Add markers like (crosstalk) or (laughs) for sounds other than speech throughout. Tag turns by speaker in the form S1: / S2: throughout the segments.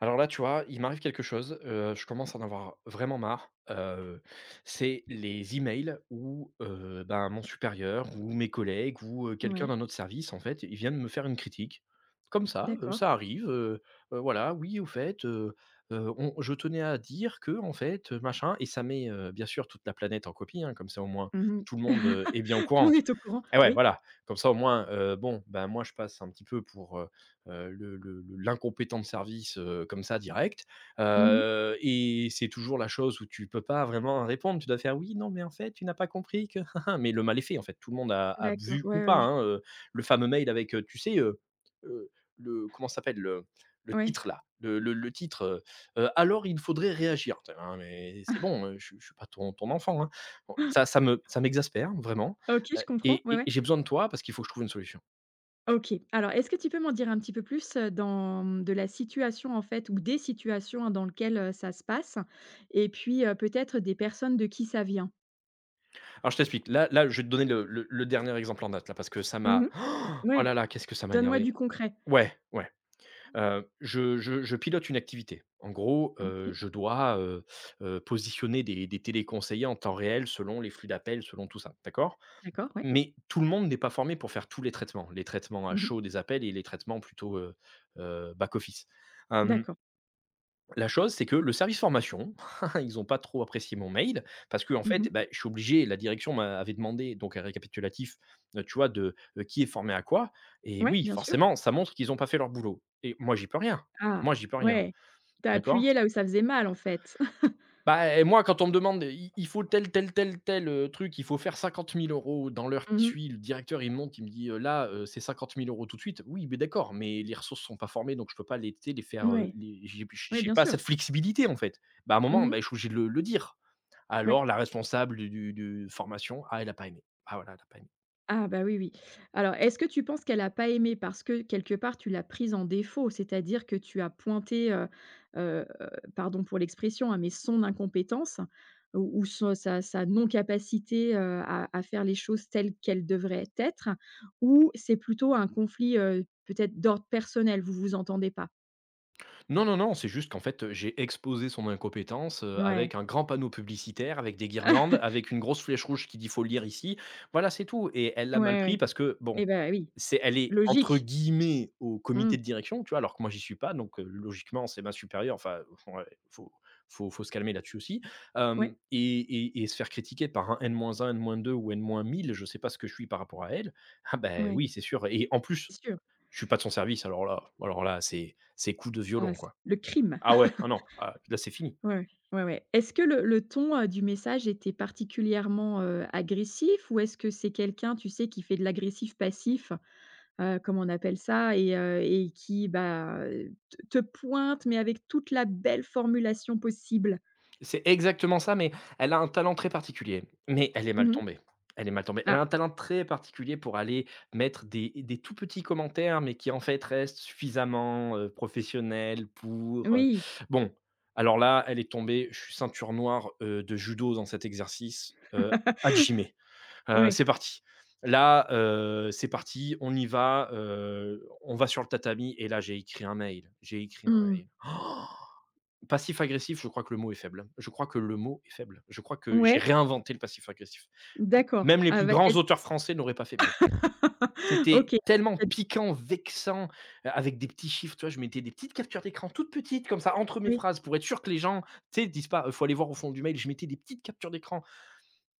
S1: Alors là, tu vois, il m'arrive quelque chose, je commence à en avoir vraiment marre, c'est les emails où, ben, mon supérieur ou mes collègues ou, quelqu'un
S2: Ouais,
S1: d'un autre service, en fait, ils viennent me faire une critique. Comme ça,
S2: d'accord.
S1: ça arrive, voilà: «Oui, au fait, on je tenais à dire que, en fait, machin» et ça met, bien sûr toute la planète en copie, hein, comme ça, au moins,
S2: Mmh
S1: tout
S2: (laughs)
S1: le monde, est bien au
S2: Tout le
S1: courant.
S2: monde est au courant,
S1: Et ouais,
S2: oui.
S1: voilà. Comme ça, au moins, bon, ben, moi, je passe un petit peu pour, le l'incompétent de service, comme ça, direct,
S2: Mmh
S1: et c'est toujours la chose où tu peux pas vraiment répondre. Tu dois faire: «Oui, non, mais en fait, tu n'as pas compris que (laughs) Mais le mal est fait, en fait. Tout le monde a
S2: D'accord,
S1: vu ou
S2: ouais,
S1: pas,
S2: ouais, je
S1: hein, le fameux mail avec, tu sais, heu, le comment ça s'appelle? Le
S2: ouais.
S1: titre, là, le titre, «Alors il faudrait réagir». Tu fais: mais c'est bon, je suis pas ton enfant, hein». Bon, ça
S2: (laughs)
S1: ça me ça m'exaspère, vraiment.
S2: OK, je comprends,
S1: Et
S2: ouais,
S1: et
S2: ouais.
S1: et j'ai besoin de toi parce qu'il faut que je trouve une solution.
S2: OK. Alors, est-ce que tu peux m'en dire un petit peu plus, de la situation, en fait, ou des situations, hein, dans lequel, ça se passe? Et puis, peut-être des personnes de qui ça vient?
S1: Alors je t'explique, je vais te donner le dernier exemple en date là parce que ça m'a
S2: Mmh
S1: (gasps) oh
S2: Ouais,
S1: là là, qu'est-ce que ça m'a
S2: donne-moi
S1: énervé.
S2: du concret.
S1: Ouais, ouais, je pilote une activité. En gros,
S2: OK,
S1: je dois, positionner des téléconseillers en temps réel selon les flux d'appels, selon tout ça, d'accord?
S2: d'accord, ouais.
S1: Mais tout le monde n'est pas formé pour faire tous les traitements à
S2: Mmh
S1: chaud des appels et les traitements plutôt, back office.
S2: D'accord.
S1: La chose, c'est que le service formation, (laughs) ils n'ont pas trop apprécié mon mail parce que en fait,
S2: Mmh
S1: bah, je suis obligé la direction m'avait demandé donc un récapitulatif, tu vois, de, qui est formé à quoi et
S2: Ouais,
S1: oui,
S2: bien sûr.
S1: forcément, ça montre qu'ils n'ont pas fait leur boulot et moi, j'y peux rien.
S2: Ah,
S1: Moi, j'y peux rien,
S2: ouais. T'as
S1: d'accord?
S2: appuyé là où ça faisait mal, en fait. (laughs)
S1: Bah et moi, quand on me demande: «Il faut tel, tel, tel, tel, truc, il faut faire 50 000 € dans l'heure qui
S2: Mmh mh.
S1: suit». Le directeur, il me montre, il me dit: là, c'est 50 000 € tout de suite». Oui, mais d'accord, mais les ressources sont pas formées, donc je peux pas les, tu sais, les faire,
S2: Ouais.
S1: les j'ai
S2: Oui,
S1: j'ai
S2: bien
S1: pas
S2: sûr.
S1: cette flexibilité, en fait. Bah, à un moment,
S2: Mmh
S1: bah, je suis obligé de le dire.
S2: Oui.
S1: Alors la responsable du formation: «Ah, elle a pas aimé. Ah voilà, elle a pas aimé».
S2: Ah bah, oui, oui. Alors, est-ce que tu penses qu'elle a pas aimé parce que quelque part tu l'as prise en défaut? C'est-à-dire que tu as pointé, heu, pardon pour l'expression, hein, mais son incompétence ou son sa sa non-capacité, à faire les choses telles qu'elles devraient être? Ou c'est plutôt un conflit, peut-être d'ordre personnel, vous vous entendez pas?
S1: Non, non, non, c'est juste qu'en fait, j'ai exposé son incompétence,
S2: Ouais.
S1: avec un grand panneau publicitaire, avec des guirlandes,
S2: (laughs)
S1: avec une grosse flèche rouge qui dit: «Faut lire ici». Voilà, c'est tout et elle l'a
S2: Ouais,
S1: mal pris
S2: ouais.
S1: parce que bon,
S2: Et ben oui,
S1: c'est elle est entre
S2: logique.
S1: guillemets «au comité
S2: Mmh.
S1: de direction», tu vois? Alors que moi j'y suis pas donc logiquement c'est ma supérieure, enfin, (laughs) ouais, faut se calmer là-dessus aussi,
S2: Ouais,
S1: hem et se faire critiquer par un, n deux ou n mille. Je sais pas ce que je suis par rapport à elle. Ah beh,
S2: ouais,
S1: oui, c'est sûr et en plus,
S2: c'est sûr.
S1: je suis pas de son service alors là, c'est coup de violon,
S2: Ah, c'est
S1: quoi.
S2: le crime.
S1: Ah ouais, ah non, ah, là c'est fini.
S2: Ouais, ouais, ouais. Est-ce que le ton, du message était particulièrement, agressif? Ou est-ce que c'est quelqu'un, tu sais, qui fait de l'agressif passif, comme on appelle ça et qui, bah, te pointe, mais avec toute la belle formulation possible?
S1: C'est exactement ça, mais elle a un talent très particulier. Mais elle est mal
S2: Mmh
S1: tombée. Elle est mal tombée. Elle
S2: Ah
S1: a un talent très particulier pour aller mettre des tout petits commentaires, mais qui en fait restent suffisamment, professionnels pour,
S2: oui.
S1: bon, alors là, elle est tombée, je suis ceinture noire, de judo dans cet exercice,
S2: (laughs)
S1: hajime.
S2: Ouais.
S1: C'est parti. Là, c'est parti, on y va, on va sur le tatami et là j'ai écrit un mail, j'ai écrit un
S2: Mmh.
S1: mail. (gasps) Passif-agressif, je crois que le mot est faible. Je crois que le mot est faible. Je crois que j'ai
S2: Ouais,
S1: réinventé le passif-agressif.
S2: d'accord.
S1: Même les plus
S2: Ave
S1: grands
S2: est-ce que
S1: auteurs français n'auraient pas fait mieux.
S2: (laughs)
S1: C'était
S2: OK.
S1: tellement piquant, vexant, avec des petits chiffres, tu vois? Je mettais des petites captures d'écran toutes petites comme ça entre mes
S2: Oui.
S1: phrases pour être sûr que les gens, tu sais, disent pas: faut aller voir au fond du mail». Je mettais des petites captures d'écran.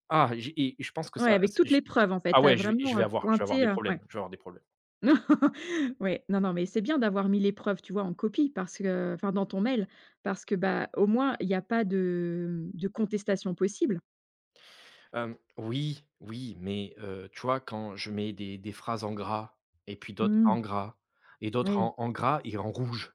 S1: Ah, j'ai et je pense que
S2: Ouais,
S1: ça
S2: avec
S1: c'est
S2: toutes
S1: j
S2: les preuves, en fait.
S1: ah
S2: Tu as
S1: ouais, je vais je
S2: vraiment,
S1: vais avoir je vais avoir
S2: pointé,
S1: des
S2: ouais.
S1: problèmes, je vais avoir des problèmes.
S2: (laughs) Ouais, non, non, mais c'est bien d'avoir mis les preuves, tu vois, en copie parce que enfin dans ton mail, parce que, bah, au moins il y a pas de contestation possible.
S1: Hem, oui, oui, mais tu vois, quand je mets des phrases en gras et puis d'autres
S2: Mmh.
S1: en gras et d'autres
S2: Oui,
S1: en gras et en rouge.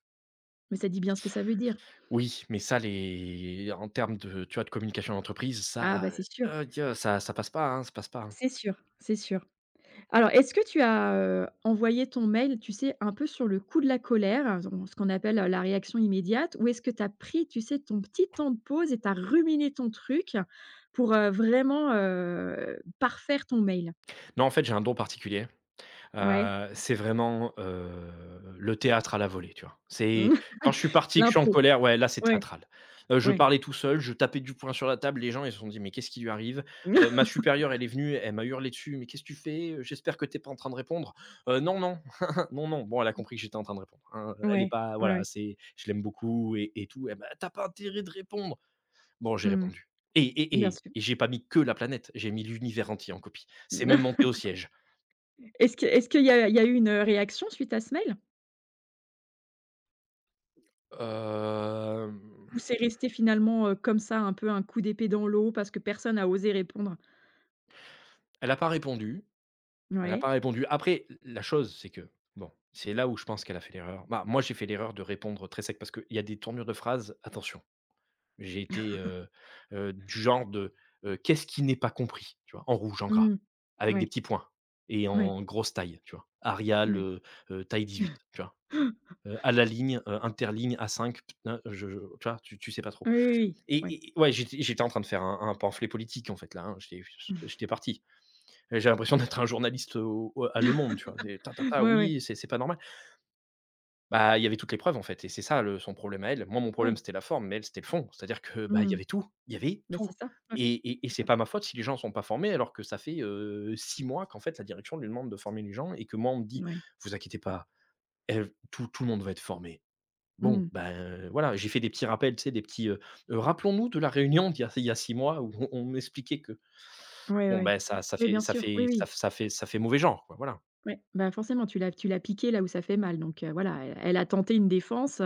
S2: mais ça dit bien ce que ça veut dire.
S1: Oui, mais ça les en termes de, tu vois, de communication d'entreprise,
S2: Ah,
S1: ça,
S2: bah, c'est sûr,
S1: heu, ça passe pas, hein, ça passe pas, hein.
S2: c'est sûr, c'est sûr. Alors est-ce que tu as, envoyé ton mail, tu sais, un peu sur le coup de la colère, on ce qu'on appelle, la réaction immédiate? Ou est-ce que tu as pris, tu sais, ton petit temps de pause et tu as ruminé ton truc pour, vraiment, parfaire ton mail?
S1: Non, en fait, j'ai un don particulier.
S2: Ouais,
S1: C'est vraiment, le théâtre à la volée, tu vois? C'est quand je suis
S2: (laughs)
S1: parti, que je suis en
S2: l'impro.
S1: colère, ouais, là, c'est
S2: Ouais,
S1: théâtral. Je
S2: ouais.
S1: parlais tout seul, je tapais du poing sur la table, les gens, ils se sont dit: «Mais qu'est-ce qui lui arrive?» Ma
S2: (laughs)
S1: supérieure, elle est venue, elle m'a hurlé dessus: «Mais qu'est-ce que tu fais? J'espère que t'es pas en train de répondre». Non, non, (laughs) non, non. Bon, elle a compris que j'étais en train de répondre, hein,
S2: Ouais,
S1: elle est
S2: ouais,
S1: pas voilà,
S2: ouais.
S1: c'est je l'aime beaucoup et tout. Elle m'a: t'as pas intérêt de répondre». Bon, j'ai
S2: Mmh.
S1: répondu et et
S2: Bien
S1: et
S2: sûr.
S1: et j'ai pas mis que la planète, j'ai mis l'univers entier en copie. C'est même monté
S2: (laughs)
S1: au siège.
S2: Est-ce qu'il y a eu une, réaction suite à ce mail?
S1: Hem,
S2: Ou c'est resté finalement, comme ça, un peu un coup d'épée dans l'eau parce que personne a osé répondre?
S1: elle n'a pas répondu, elle n'a pas
S2: Ouais.
S1: répondu. Après, la chose, c'est que, bon, c'est là où je pense qu'elle a fait l'erreur. Bah, moi, j'ai fait l'erreur de répondre très sec parce qu'il y a des tournures de phrases, attention, j'ai été, du genre de, «Qu'est-ce qui n'est pas compris?» tu vois? En rouge, en gras,
S2: Mmh.
S1: avec des
S2: Ouais,
S1: petits points et
S2: ouais,
S1: en grosse taille, tu vois? Arial,
S2: ouais.
S1: taille 18, tu vois?
S2: (gasps)
S1: À la ligne, interligne a cinq. P je tu vois? Tu sais pas trop
S2: Oui, oui, oui, ouais.
S1: et ouais, j'étais en train de faire un pamphlet politique, en fait, là, hein, j'étais j'étais parti. Et j'ai l'impression d'être un journaliste au à Le Monde, tu vois? C'est ta ta
S2: (laughs)
S1: ta,
S2: Ouais, ouais,
S1: oui, c'est pas normal. Bah, il y avait toutes les preuves, en fait et c'est ça le son problème à elle. Moi, mon problème,
S2: ouais.
S1: c'était la forme, mais elle, c'était le fond. C'est-à-dire que, bah, il y
S2: Mmh.
S1: avait tout, il y avait
S2: Bah,
S1: tout
S2: c'est ça, ouais.
S1: et
S2: C'est
S1: c'est
S2: ça.
S1: pas ma faute si les gens sont pas formés, alors que ça fait, 6 mois qu'en fait la direction lui demande de former les gens et que moi, on me dit:
S2: Ouais.
S1: «Vous inquiétez pas, elle tout tout le monde va être formé». Bon,
S2: Mmh.
S1: ben, voilà, j'ai fait des petits rappels, tu sais, des petits, «Rappelons-nous de la réunion d'il y a 6 mois où on m'expliquait que».
S2: Ouais,
S1: Bon,
S2: ouais.
S1: ben, ça ça
S2: Oui,
S1: fait
S2: bien sûr. Oui, oui.
S1: ça fait ça fait mauvais genre, quoi, voilà.
S2: Ouais. Bah, forcément, tu l'as piqué là où ça fait mal donc voilà, elle a tenté une défense.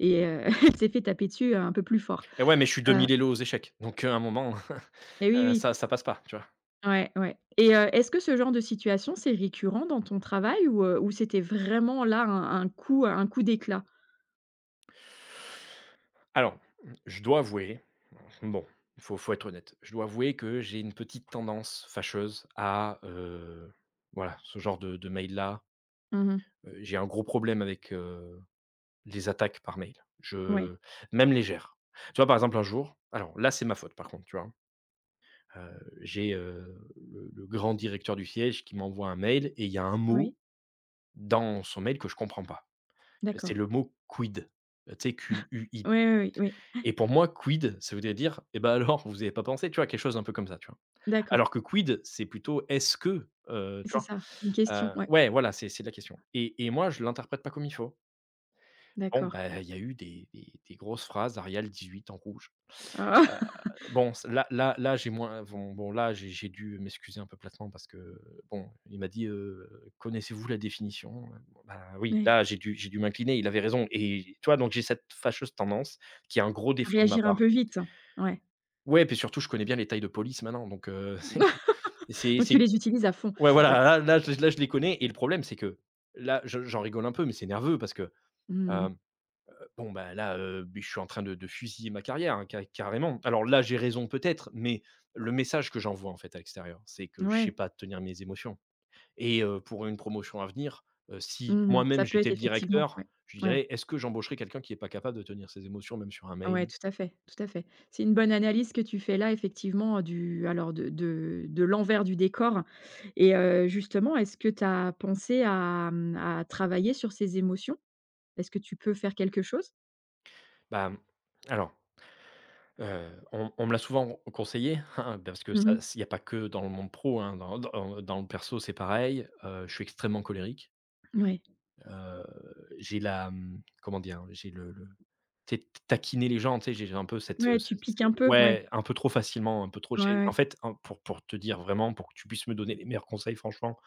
S2: Et (laughs) elle s'est fait taper dessus, un peu plus fort.
S1: Et ouais, mais je suis
S2: Heu
S1: 2000 élo aux échecs, donc à un moment,
S2: et
S1: (laughs)
S2: oui, oui.
S1: ça passe pas, tu vois?
S2: Ouais, ouais et est-ce que ce genre de situation, c'est récurrent dans ton travail ou c'était vraiment là un coup d'éclat?
S1: Alors, je dois avouer, bon, il faut être honnête, je dois avouer que j'ai une petite tendance fâcheuse à, voilà, ce genre de mail-là.
S2: Mmh
S1: J'ai un gros problème avec, les attaques par mail.
S2: Ouais.
S1: Je même légères. Tu vois, par exemple, un jour alors là, c'est ma faute par contre, tu vois? J'ai, le grand directeur du siège qui m'envoie un mail et il y a un
S2: Oui.
S1: mot dans son mail que je comprends pas. C'est
S2: D'accord.
S1: le mot quid, tu sais, Q-U-I
S2: Oui, oui, oui, oui.
S1: et pour moi quid, ça voudrait dire: eh ben alors, vous avez pas pensé?» tu vois? Quelque chose un peu comme ça, tu vois?
S2: D'accord.
S1: Alors que quid, c'est plutôt: «Est-ce que?» Tu
S2: C'est
S1: vois?
S2: ça, c'est une question, ouais.
S1: Ouais, voilà, c'est la question et moi je l'interprète pas comme il faut. Bon,
S2: D'accord.
S1: bah, il y a eu des grosses phrases Arial 18 en rouge.
S2: Ah!
S1: Heu,
S2: (laughs)
S1: bon c là là là j'ai moins bon bon là j'ai dû m'excuser un peu platement parce que bon, il m'a dit, «Connaissez-vous la définition?» bon, bah, oui,
S2: Ouais.
S1: là j'ai dû m'incliner, il avait raison et tu vois? Donc j'ai cette fâcheuse tendance qui est un gros défaut de ma
S2: Réagir un
S1: part.
S2: peu vite, hein. Ouais.
S1: Ouais, puis surtout je connais bien les tailles de police maintenant donc (laughs) c'est
S2: (laughs)
S1: c'est
S2: Donc
S1: c'est
S2: tu les utilises à fond.
S1: ouais voilà,
S2: Ouais.
S1: là là je les connais et le problème c'est que là je j'en rigole un peu mais c'est nerveux parce que, euh,
S2: Mmh
S1: Bon, bah, là, je suis en train de fusiller ma carrière, hein, ca carrément. Alors là, j'ai raison peut-être, mais le message que j'envoie, en fait, à l'extérieur, c'est que je sais
S2: Ouais.
S1: pas tenir mes émotions et pour une promotion à venir, si
S2: Mmh Ça
S1: moi-même
S2: peut
S1: j'étais
S2: être
S1: le
S2: effectivement,
S1: directeur,
S2: ouais.
S1: je
S2: Ouais.
S1: dirais: «Est-ce que j'embaucherais quelqu'un qui est pas capable de tenir ses émotions, même sur un
S2: Ouais,
S1: mail?»
S2: tout à fait, tout à fait. C'est une bonne analyse que tu fais là effectivement, du alors de l'envers du décor et justement, est-ce que tu as pensé à, à travailler sur ces émotions? Est-ce que tu peux faire quelque chose?
S1: Bah, mmh, alors, on me l'a souvent conseillé, (laughs) hein, parce que ça
S2: Mmh
S1: il y a pas que dans le monde pro, hein, dans le perso, c'est pareil, je suis extrêmement colérique,
S2: Ouais.
S1: heu, j'ai la, mmh, comment dire? J'ai le Tu sais, taquiner les gens, tu sais, j'ai un peu cette,
S2: Ouais, tu
S1: cette
S2: piques un peu, ouais.
S1: ouais, un peu trop facilement, un peu trop
S2: Ouais,
S1: j'ai en
S2: ouais.
S1: fait, en pour te dire vraiment, pour que tu puisses me donner les meilleurs conseils, franchement,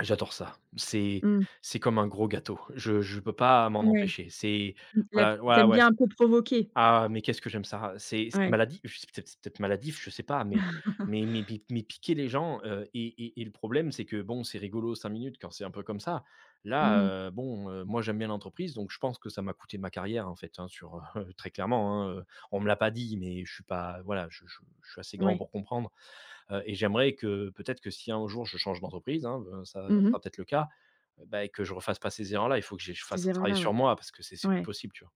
S1: j'adore ça.
S2: Mmh.
S1: C'est comme un gros gâteau. Je peux pas m'en
S2: Ouais.
S1: empêcher. C'est
S2: Mmh, la
S1: voilà, ouais,
S2: p
S1: ouais.
S2: bien un peu provoquer?
S1: Ah, mais qu'est-ce que j'aime ça! C'est
S2: Ouais.
S1: maladi je sais peut-être c'est peut-être maladif, je sais pas,
S2: (laughs)
S1: mais pi mais piquer les gens, et le problème, c'est que bon, c'est rigolo 5 minutes quand c'est un peu comme ça. Là,
S2: Mmh
S1: bon, moi, j'aime bien l'entreprise, donc je pense que ça m'a coûté ma carrière, en fait, hein, sur, (laughs) très clairement, hein. On me l'a pas dit, mais je suis pas voilà, je suis assez grand
S2: Ouais.
S1: pour comprendre, et j'aimerais que peut-être que si un jour je change d'entreprise, hein, ben, ça
S2: Mmh
S1: sera peut-être le cas, bah et que je refasse pas ces erreurs-là. Il faut que j'ai je
S2: Ces
S1: fasse un travail
S2: erreurs-là,
S1: sur
S2: ouais.
S1: moi parce que c'est plus
S2: Ouais.
S1: possible, tu vois?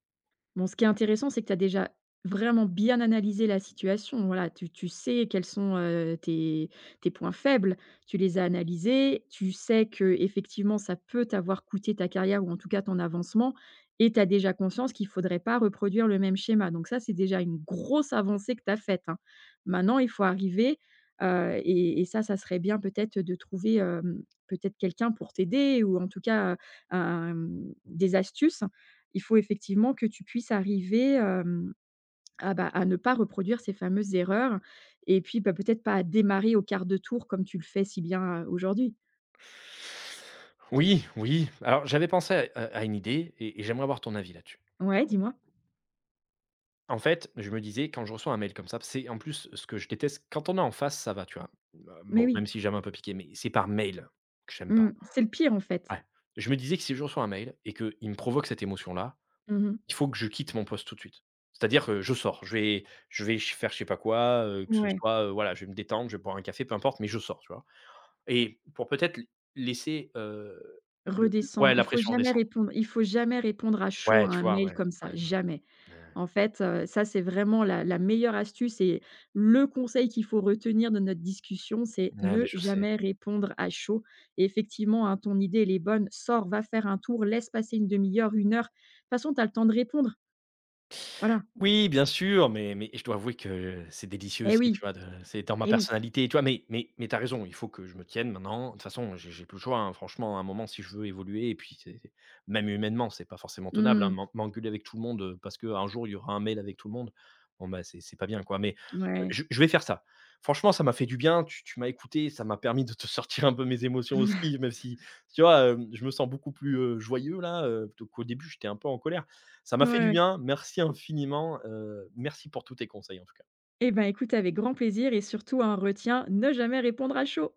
S2: Bon, ce qui est intéressant, c'est que tu as déjà vraiment bien analysé la situation. Voilà, tu sais quels sont, tes points faibles, tu les as analysés, tu sais que effectivement ça peut t'avoir coûté ta carrière ou en tout cas ton avancement et tu as déjà conscience qu'il ne faudrait pas reproduire le même schéma. Donc ça, c'est déjà une grosse avancée que tu as faite, hein. Maintenant, il faut arriver, et ça, ça serait bien peut-être de trouver, peut-être quelqu'un pour t'aider ou en tout cas, des astuces. Il faut effectivement que tu puisses arriver, bah, à ne pas reproduire ces fameuses erreurs et puis, bah, peut-être pas à démarrer au quart de tour comme tu le fais si bien, aujourd'hui.
S1: Oui, oui. Alors, j'avais pensé à une idée et j'aimerais avoir ton avis là-dessus.
S2: Ouais, dis-moi?
S1: En fait, je me disais quand je reçois un mail comme ça, c'est en plus ce que je déteste quand on est en face, ça va, tu vois?
S2: Mais
S1: Bon,
S2: oui.
S1: même si j'aime un peu piqué, mais c'est par mail que j'aime
S2: Mmh.
S1: pas.
S2: C'est le pire en fait.
S1: Ouais. Je me disais que si je reçois un mail et qu'il me provoque cette émotion-là,
S2: Mmh
S1: il faut que je quitte mon poste tout de suite. C'est-à-dire que je sors, je vais ch faire je sais pas quoi, que ce
S2: Ouais.
S1: soit, voilà, je vais me détendre, je vais boire un café, peu importe, mais je sors, tu vois? Et pour peut-être laisser, le
S2: Redescendre.
S1: ouais, la
S2: Il faut
S1: pression
S2: jamais
S1: redescendre.
S2: répondre il faut jamais répondre à chaud
S1: Ouais,
S2: à
S1: tu
S2: un
S1: vois?
S2: mail
S1: Ouais,
S2: comme ça,
S1: ouais, ouais,
S2: jamais.
S1: ouais,
S2: En fait, ça, c'est vraiment la meilleure astuce et le conseil qu'il faut retenir de notre discussion, c'est
S1: ouais, mais
S2: ne
S1: je sais.
S2: jamais répondre à chaud et effectivement, hein, ton idée, elle est bonne. Sors, va faire un tour, laisse passer une demi heure, une heure. De toute façon, tu as le temps de répondre. Voilà.
S1: Oui, bien sûr, mais je dois avouer que c'est délicieux
S2: Eh
S1: aussi, tu
S2: oui,
S1: vois? De c'est dans ma
S2: eh oui.
S1: personnalité, tu vois? Mais tu raison, il faut que je me tienne maintenant. De toute façon, j'ai plus le choix, hein. Franchement, à un moment, si je veux évoluer et puis même humainement, c'est pas forcément tenable, hein.
S2: Mmh.
S1: M'engueuler avec tout le monde, parce qu'un jour, il y aura un mail avec tout le monde, bon, bah, c'est pas bien, quoi. Mais
S2: Ouais.
S1: je vais faire ça. Franchement, ça m'a fait du bien, tu m'as écouté, ça m'a permis de te (laughs) sortir un peu mes émotions aussi, même si, tu vois? Hem, je me sens beaucoup plus, joyeux là, plutôt qu'au début, j'étais un peu en colère. Ça m'a
S2: Ouais,
S1: fait du
S2: ouais.
S1: bien, merci infiniment, merci pour tous tes conseils en tout cas.
S2: Eh ben, écoute, avec grand plaisir et surtout, un retien, ne jamais répondre à chaud.